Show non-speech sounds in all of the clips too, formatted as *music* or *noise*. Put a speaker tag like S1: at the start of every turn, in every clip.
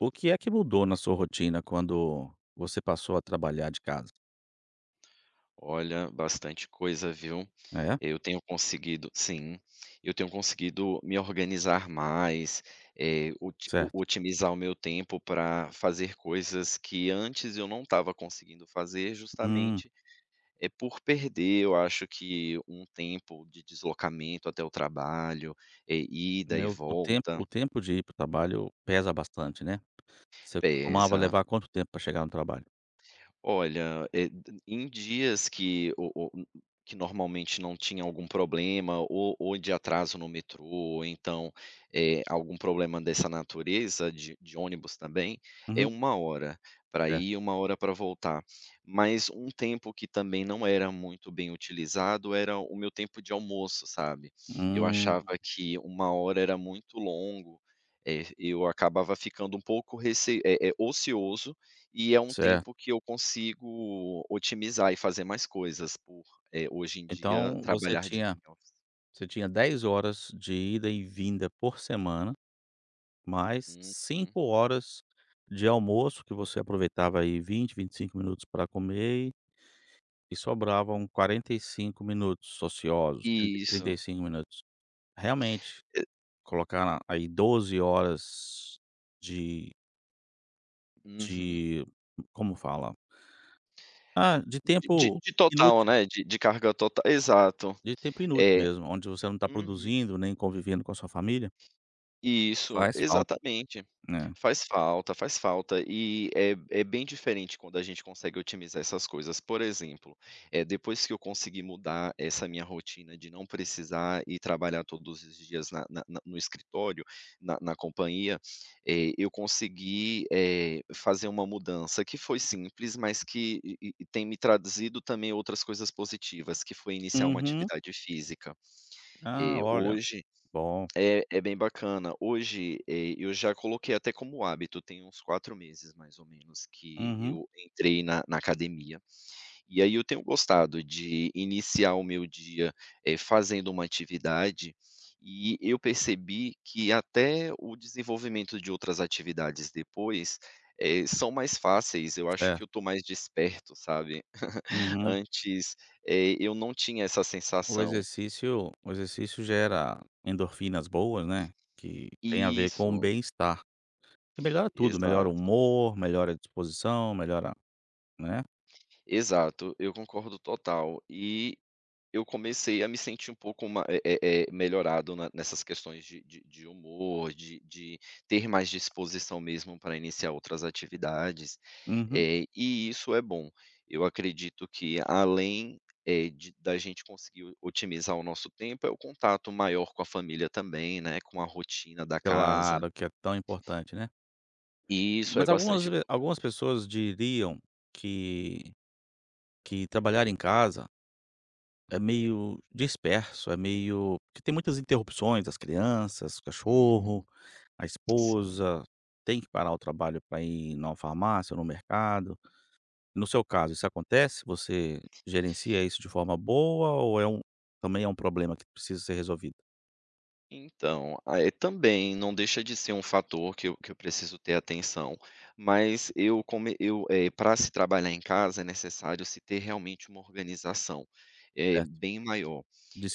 S1: O que é que mudou na sua rotina quando você passou a trabalhar de casa?
S2: Olha, bastante coisa, viu.
S1: É?
S2: Eu tenho conseguido sim, eu tenho conseguido me organizar mais,
S1: Certo.
S2: otimizar o meu tempo para fazer coisas que antes eu não estava conseguindo fazer,
S1: Hum,
S2: justamente, é por perder, eu acho que um tempo de deslocamento até o trabalho, ida
S1: é
S2: e
S1: o o tempo o
S2: volta,
S1: tempo de ir para o trabalho pesa bastante, né. Você costumava
S2: pesa.
S1: levar quanto tempo para chegar no trabalho?
S2: Olha, eh, d em dias que o que normalmente não tinha algum problema ou de atraso no metrô ou então, algum problema dessa natureza de ônibus também, é
S1: Uhum,
S2: uma hora para
S1: certo.
S2: ir e uma hora para voltar. Mas um tempo que também não era muito bem utilizado era o meu tempo de almoço, sabe. Eu achava
S1: Hum,
S2: que uma hora era muito longo, eu acabava ficando um pouco ocioso, e é um tempo
S1: certo.
S2: que eu consigo otimizar e fazer mais coisas por, hoje em dia
S1: Então você
S2: trabalhar de
S1: tinha
S2: home office.
S1: você tinha 10 horas de ida e vinda por semana, mais
S2: Uhum.
S1: 5 horas de almoço que você aproveitava aí 20, 25 minutos para comer. E sobravam 45 minutos ociosos, 30 trinta
S2: Isso.
S1: e cinco minutos. Realmente,
S2: E
S1: colocar aí 12 horas de
S2: uhum.
S1: de como fala? Ah,
S2: De de de total,
S1: inútil,
S2: né, de carga total, exato.
S1: de tempo inútil
S2: É.
S1: mesmo, onde você não tá
S2: Uhum.
S1: produzindo, nem convivendo com a sua família.
S2: Isso,
S1: Faz falta.
S2: exatamente.
S1: Né.
S2: Faz falta, faz falta, e é bem diferente quando a gente consegue otimizar essas coisas. Por exemplo, é depois que eu consegui mudar essa minha rotina de não precisar ir trabalhar todos os dias na na na no escritório, na companhia, eu consegui, fazer uma mudança que foi simples, mas que e tem me trazido também outras coisas positivas, que foi iniciar uma
S1: Uhum.
S2: atividade física. Eh,
S1: Ah, olha,
S2: hoje
S1: bom.
S2: é bem bacana. Hoje, eu já coloquei até como hábito, tem uns 4 meses mais ou menos que
S1: Uhum.
S2: eu entrei na academia, e aí eu tenho gostado de iniciar o meu dia, fazendo uma atividade, e eu percebi que até o desenvolvimento de outras atividades depois, são mais fáceis, eu acho que eu
S1: Certo.
S2: estou mais desperto, sabe. *laughs*
S1: Uhum.
S2: Antes, eu não tinha essa
S1: O
S2: sensação.
S1: exercício o exercício gera endorfinas boas, né, que tem a ver com o
S2: Isso,
S1: bem-estar. E melhora tudo, melhora o
S2: exato.
S1: humor, melhora a disposição, melhora, né.
S2: Exato, eu concordo total. E eu comecei a me sentir um pouco ma eh eh eh, melhorado na nessas questões de humor, de ter mais disposição mesmo para iniciar outras atividades,
S1: Uhum.
S2: e isso é bom. Eu acredito que além, eh, de da gente conseguir o otimizar o nosso tempo, é o contato maior com a família também, né, com a rotina da casa,
S1: Claro que é tão importante, né.
S2: e isso é
S1: Mas algumas
S2: bastante
S1: ve algumas
S2: importante.
S1: pessoas diriam que que trabalhar em casa é meio disperso, é meio que tem muitas interrupções, as crianças, o
S2: Uhum,
S1: cachorro, a
S2: sim.
S1: esposa, tem que parar o trabalho para ir numa farmácia no mercado. No seu caso, isso acontece? Você gerencia isso de forma boa ou é um também é um problema que precisa ser resolvido?
S2: Então, aí também não deixa de ser um fator que eu preciso ter atenção, mas eu come eu, eh, se trabalhar em casa é necessário se ter realmente uma organização, bem maior,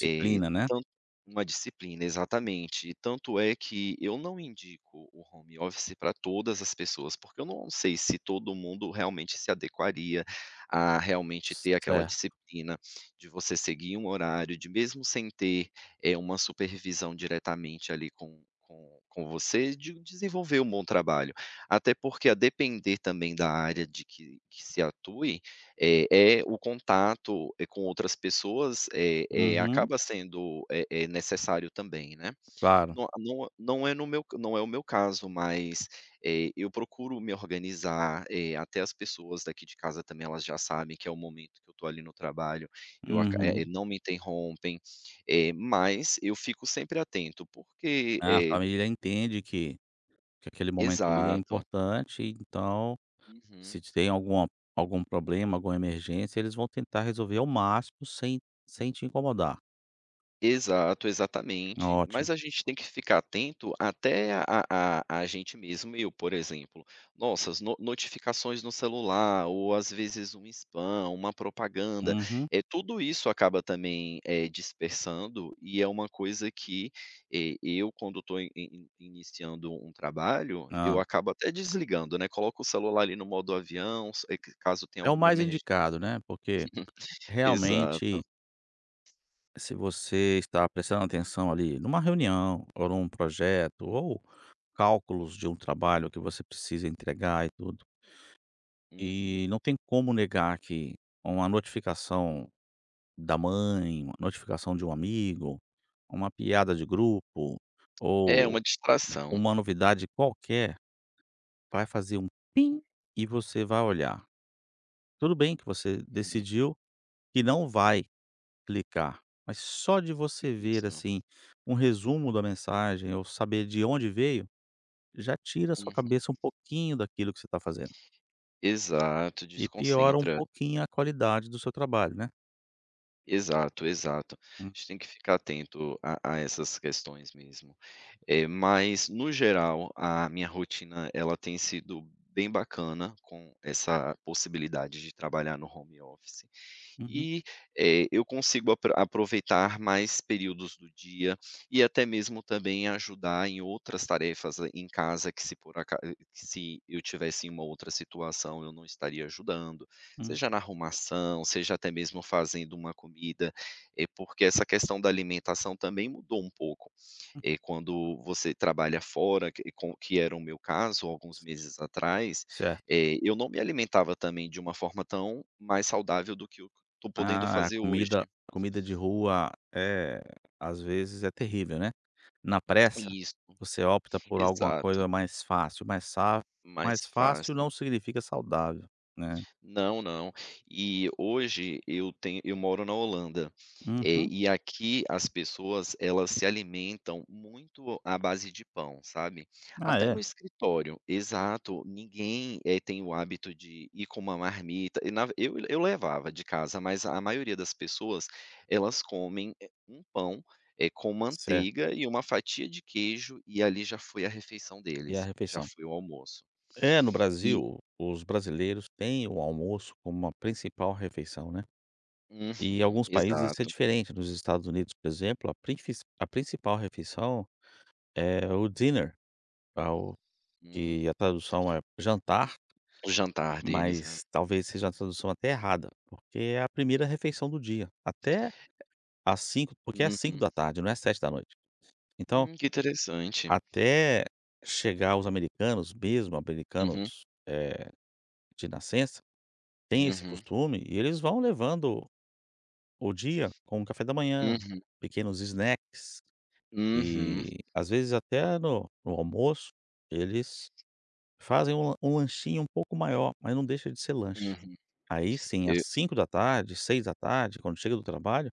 S1: né?
S2: tanto uma disciplina, exatamente. Tanto é que eu não indico o home office para todas as pessoas, porque eu não sei se todo mundo realmente se adequaria a realmente ter aquela
S1: Certo.
S2: disciplina de você seguir um horário, de mesmo sem ter é uma supervisão diretamente ali com você, de desenvolver um bom trabalho. Até porque a depender também da área de que se atue, é o contato, com outras pessoas, é
S1: Uhum.
S2: acaba sendo, necessário também, né.
S1: Claro.
S2: Não não, é no meu não é o meu caso, mas, eu procuro me organizar, até as pessoas daqui de casa também, elas já sabem que é o momento que eu estou ali no trabalho, eu aca eh eh,
S1: Uhum.
S2: não me interrompem, mas eu fico sempre atento, porque
S1: Ah, a
S2: é.
S1: família entende que aquele momento ali é
S2: Exato.
S1: importante, então, se
S2: Uhum.
S1: tem algum problema, alguma emergência, eles vão tentar resolver ao máximo sem te incomodar.
S2: Exato, exatamente. Mas
S1: Ótimo.
S2: a gente tem que ficar atento até a gente mesmo, eu, por exemplo. Nossas notificações no celular ou, às vezes, um spam, uma propaganda,
S1: Uhum.
S2: é tudo isso acaba também, dispersando, e é uma coisa que, eu quando estou iniciando um trabalho, eu
S1: Ah,
S2: acabo até desligando, né, coloco o celular ali no modo avião, s eh, c caso tenha
S1: é o
S2: alguma
S1: mais
S2: emergência.
S1: indicado, né, porque
S2: Exato.
S1: realmente, se você está prestando atenção ali numa reunião ou num projeto ou cálculos de um trabalho que você precisa entregar e tudo.
S2: Uhum.
S1: E não tem como negar que uma notificação da mãe, uma notificação de um amigo, uma piada de grupo
S2: É
S1: ou
S2: uma distração.
S1: uma novidade qualquer vai fazer um pim e você vai olhar. Tudo bem que você
S2: Uhum.
S1: decidiu que não vai clicar, mas só de você ver
S2: Isso.
S1: assim um resumo da mensagem ou saber de onde veio, já tira a sua
S2: Uhum.
S1: cabeça um pouquinho daquilo que você está fazendo
S2: Exato,
S1: e piora um
S2: desconcentra.
S1: pouquinho a qualidade do seu trabalho, né?
S2: Exato, exato. A
S1: Hum.
S2: gente tem que ficar atento a essas questões mesmo. Mas no geral, a minha rotina ela tem sido bem bacana com essa possibilidade de trabalhar no home office.
S1: Uhum.
S2: E, eu consigo aproveitar mais períodos do dia e até mesmo também ajudar em outras tarefas, em casa, que se por aca eh, que se eu tivesse em uma outra situação eu não estaria ajudando,
S1: Uhum.
S2: seja na arrumação, seja até mesmo fazendo uma comida, é porque essa questão da alimentação também mudou um pouco. Quando você trabalha fora, que era o meu caso alguns meses atrás,
S1: Certo.
S2: eu não me alimentava também de uma forma tão mais saudável do que tô podendo
S1: Ah, a
S2: fazer hoje.
S1: comida comida de rua é às vezes é terrível, né. Na pressa,
S2: Isso,
S1: você opta por alguma
S2: exato,
S1: coisa mais fácil,
S2: mais
S1: mais fácil
S2: fácil.
S1: não significa saudável, né.
S2: Não, não. E hoje eu moro na Holanda,
S1: Uhum.
S2: e aqui as pessoas elas se alimentam muito à base de pão, sabe.
S1: Ah,
S2: Até no
S1: é.
S2: escritório, exato, ninguém, tem o hábito de ir com uma marmita, e na eu levava de casa, mas a maioria das pessoas, elas comem, um pão, com
S1: Certo.
S2: manteiga e uma fatia de queijo, e ali já foi a refeição
S1: E a
S2: deles, já
S1: refeição?
S2: foi o almoço.
S1: É, no
S2: E
S1: Brasil, os brasileiros têm o almoço como a principal refeição, né. E em
S2: uhum,
S1: alguns países isso é
S2: exato.
S1: diferente, nos Estados Unidos, por exemplo, a principal refeição é o dinner, é o Que
S2: Hum,
S1: a tradução é jantar,
S2: o jantar deles, né.
S1: mas talvez seja a tradução até errada, porque é a primeira refeição do dia, até às 5, porque é cinco
S2: Uhum.
S1: da tarde, não é 7 da noite. Então,
S2: Que interessante.
S1: até chegar os americanos, mesmo
S2: Uhum,
S1: americanos, de nascença, tem esse
S2: uhum,
S1: costume e eles vão levando o dia com o café da manhã,
S2: uhum,
S1: pequenos snacks
S2: uhum,
S1: e, às vezes, até no almoço, eles fazem um lanchinho um pouco maior, mas não deixa de ser lanche.
S2: uhum.
S1: Aí sim, às
S2: Eu
S1: 5 da tarde, 6 da tarde, quando chega do trabalho,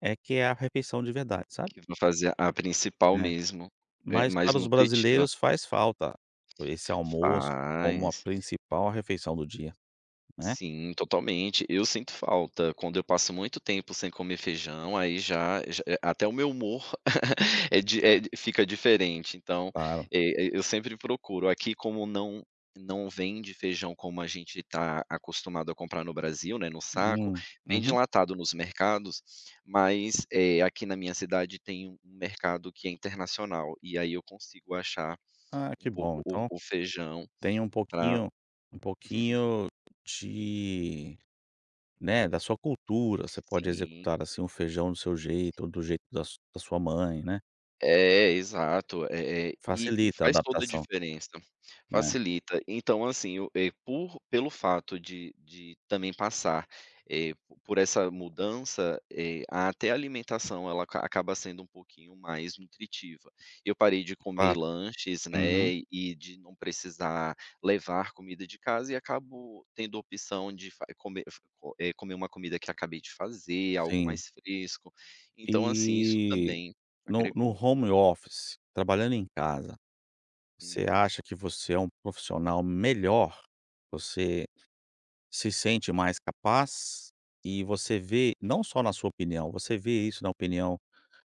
S1: é que é a refeição de verdade, sabe.
S2: que vou fazer a principal
S1: É.
S2: mesmo, é
S1: Mas
S2: mais
S1: para os
S2: nutritiva.
S1: brasileiros faz falta esse almoço como a
S2: Faz.
S1: principal refeição do dia, né.
S2: Sim, totalmente. Eu sinto falta. Quando eu passo muito tempo sem comer feijão, aí já já até o meu humor *laughs* fica diferente. Então,
S1: Claro.
S2: eu sempre procuro. Aqui, como não vende feijão como a gente está acostumado a comprar no Brasil, né, no saco,
S1: Hum.
S2: vende
S1: Uhum.
S2: enlatado nos mercados, mas, aqui na minha cidade tem um mercado que é internacional, e aí eu consigo achar
S1: Ah,
S2: um
S1: que
S2: pouco
S1: bom.
S2: o
S1: Então
S2: o feijão
S1: tem um
S2: para.
S1: pouquinho um
S2: *laughs*
S1: pouquinho de, né, da sua cultura, você pode
S2: Sim.
S1: executar, assim, o feijão do seu jeito ou do jeito da sua mãe, né.
S2: É, exato, e
S1: Facilita a
S2: faz toda a
S1: adaptação,
S2: diferença,
S1: né.
S2: facilita. Então assim, o eh, por pelo fato de também passar, eh, por essa mudança, até a alimentação ela acaba sendo um pouquinho mais nutritiva. Eu parei de comer
S1: Claro.
S2: lanches,
S1: Uhum.
S2: né, e de não precisar levar comida de casa, e acabo tendo a opção de fa comer co eh, comer uma comida que acabei de fazer, algo mais
S1: Sim.
S2: fresco. Então assim, isso
S1: E
S2: também
S1: no
S2: agregou.
S1: home office, trabalhando em casa, você
S2: Uhum.
S1: acha que você é um profissional melhor? Você se sente mais capaz? E você vê não só na sua opinião, você vê isso na opinião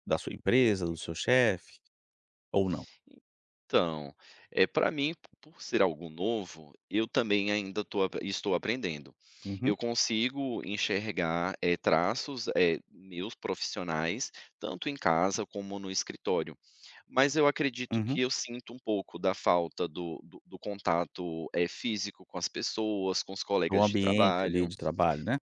S1: da sua empresa, do seu chefe ou não?
S2: Então, é para mim, por ser algo novo, eu também ainda tô apre estou aprendendo.
S1: Uhum,
S2: Eu consigo enxergar, traços, meus profissionais, tanto em casa como no escritório. Mas eu acredito que
S1: uhum.
S2: eu sinto um pouco da falta do contato, físico com as pessoas, com os
S1: Do
S2: colegas de
S1: ambiente ali
S2: trabalho.
S1: de trabalho, né,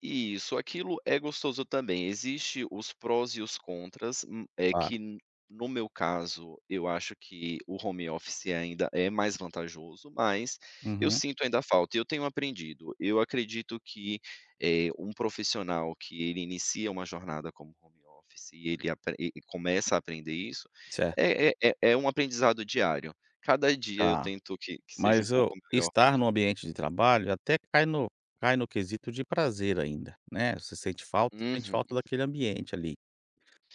S2: Isso, aquilo é gostoso também. Existe os prós e os contras, é que
S1: claro.
S2: n no meu caso, eu acho que o home office ainda é mais vantajoso, mas eu
S1: Uhum,
S2: sinto ainda falta, eu tenho aprendido. Eu acredito que, um profissional que ele inicia uma jornada como home office e ele apre e começa a aprender isso,
S1: certo,
S2: é um aprendizado diário. Cada dia eu
S1: tá.
S2: tento que seja um
S1: Mas eu
S2: pouco melhor do
S1: estar
S2: que.
S1: no ambiente de trabalho até cai no quesito de prazer ainda, né, você sente falta sente
S2: Uhum,
S1: falta daquele ambiente ali,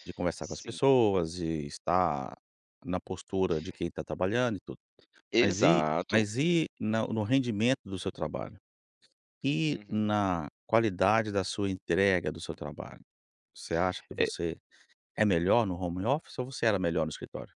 S1: de conversar com as
S2: sim,
S1: pessoas, de estar na postura de quem está trabalhando e tudo. Mas e
S2: exato.
S1: mas e na no rendimento do seu trabalho? E
S2: Uhum.
S1: na qualidade da sua entrega do seu trabalho? Você acha que você é melhor no home office ou você era melhor no escritório?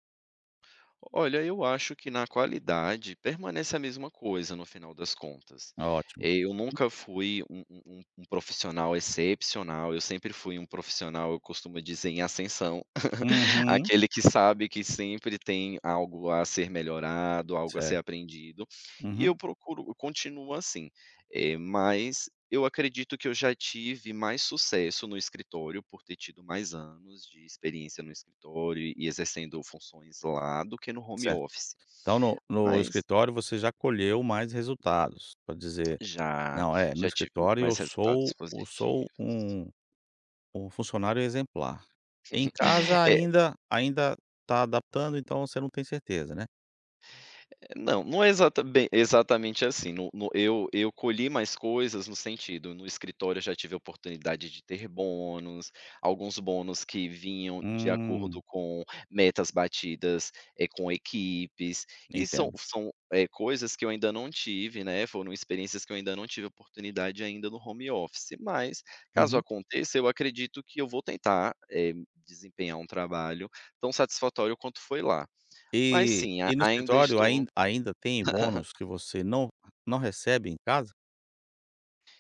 S2: Olha, eu acho que na qualidade permanece a mesma coisa no final das contas.
S1: Ótimo.
S2: Eu nunca fui um profissional excepcional, eu sempre fui um profissional, eu costumo dizer, em ascensão, *laughs*
S1: Uhum.
S2: aquele que sabe que sempre tem algo a ser melhorado, algo a ser
S1: Certo.
S2: aprendido, e
S1: Uhum.
S2: eu continuo assim. Mas eu acredito que eu já tive mais sucesso no escritório, por ter tido mais anos de experiência no escritório e exercendo funções lá, do que no home
S1: Certo.
S2: office.
S1: Então no
S2: Mas
S1: escritório você já colheu mais resultados, para dizer:
S2: já
S1: "Não, é, no
S2: já tive
S1: escritório
S2: mais
S1: eu
S2: resultados
S1: sou eu sou
S2: positivos.
S1: um funcionário exemplar". Em casa
S2: *laughs*
S1: ainda está adaptando, então você não tem certeza, né?
S2: Não, não é exata bem exatamente assim, no eu colhi mais coisas no sentido, no escritório eu já tive a oportunidade de ter bônus, alguns bônus que vinham de
S1: Hum,
S2: acordo com metas batidas, com equipes, e são
S1: entendo.
S2: são, coisas que eu ainda não tive, né, foram experiências que eu ainda não tive oportunidade ainda no home office, mas caso
S1: Uhum.
S2: aconteça, eu acredito que eu vou tentar, desempenhar um trabalho tão satisfatório quanto foi lá. Mas
S1: E
S2: sim, a
S1: e no
S2: ainda
S1: escritório
S2: estou.
S1: ainda tem bônus
S2: *laughs*
S1: que você não recebe em casa?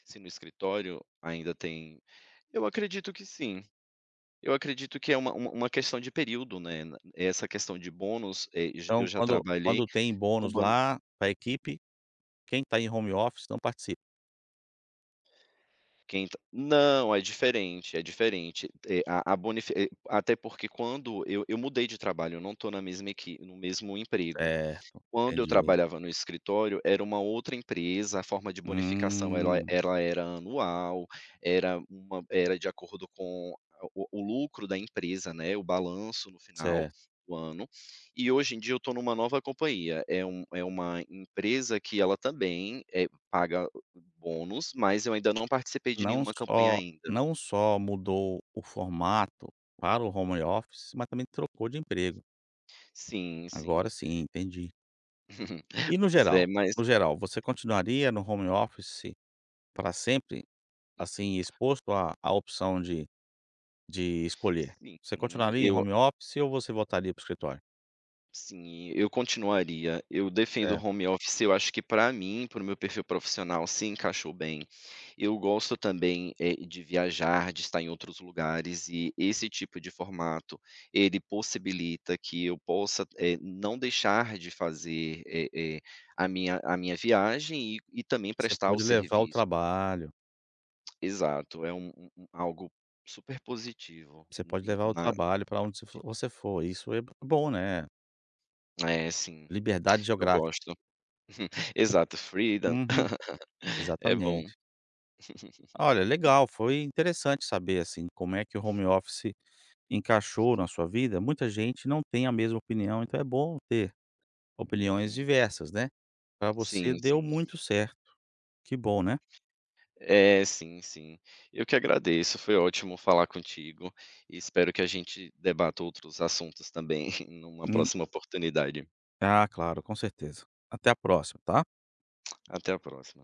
S2: Se no escritório ainda tem, eu acredito que sim. Eu acredito que é uma questão de período, né, essa questão de bônus, eh, j
S1: Então
S2: eu já
S1: quando
S2: trabalhei
S1: quando tem
S2: com
S1: bônus
S2: ban
S1: lá para a equipe, quem está em home office não participa.
S2: quem t não, é diferente, é diferente. Até porque quando eu mudei de trabalho, eu não estou na mesma equipe no mesmo emprego.
S1: Certo,
S2: Quando eu
S1: entendi.
S2: trabalhava no escritório, era uma outra empresa, a forma de bonificação ela
S1: Hum,
S2: ela era anual, era uma era de acordo com a o lucro da empresa, né, o balanço no final
S1: certo.
S2: do ano. E hoje em dia eu estou numa nova companhia, é é uma empresa que ela também, paga bônus, mas eu ainda não participei de
S1: Não
S2: nenhuma campanha
S1: só
S2: ainda.
S1: não só mudou o formato para o home office, mas também trocou de emprego.
S2: Sim, sim.
S1: Agora sim, entendi.
S2: *laughs*
S1: E no
S2: Pois é,
S1: geral?
S2: mas
S1: No geral, você continuaria no home office para sempre, assim, exposto à opção de escolher? Você
S2: sim,
S1: continuaria em
S2: eu.
S1: home office ou você voltaria para o escritório?
S2: Sim, eu continuaria. Eu defendo o
S1: Certo.
S2: home office, eu acho que para mim, para o meu perfil profissional, se encaixou bem. Eu gosto também, de viajar, de estar em outros lugares, e esse tipo de formato, ele possibilita que eu possa, não deixar de fazer, a minha viagem, e também
S1: Você
S2: prestar o
S1: pode levar o
S2: serviço.
S1: trabalho
S2: Exato, é um algo super positivo
S1: você
S2: na
S1: pode levar o
S2: na
S1: trabalho para onde você for. Isso é bom, né,
S2: na é, sim,
S1: liberdade
S2: eu
S1: geográfica.
S2: gosto. *laughs* Exato, freedom.
S1: Uhum,
S2: É bom.
S1: exatamente. Olha, legal, foi interessante saber, assim, como é que o home office encaixou na sua vida. Muita gente não tem a mesma opinião, então é bom ter opiniões
S2: Uhum.
S1: diversas, né. Para você
S2: Sim,
S1: deu
S2: sim.
S1: muito certo, que bom, né.
S2: É, sim, sim. Eu que agradeço, foi ótimo falar contigo, e espero que a gente debata outros assuntos também *laughs* numa
S1: Hum,
S2: próxima oportunidade.
S1: ah, claro, com certeza. Até a próxima, tá.
S2: Até a próxima.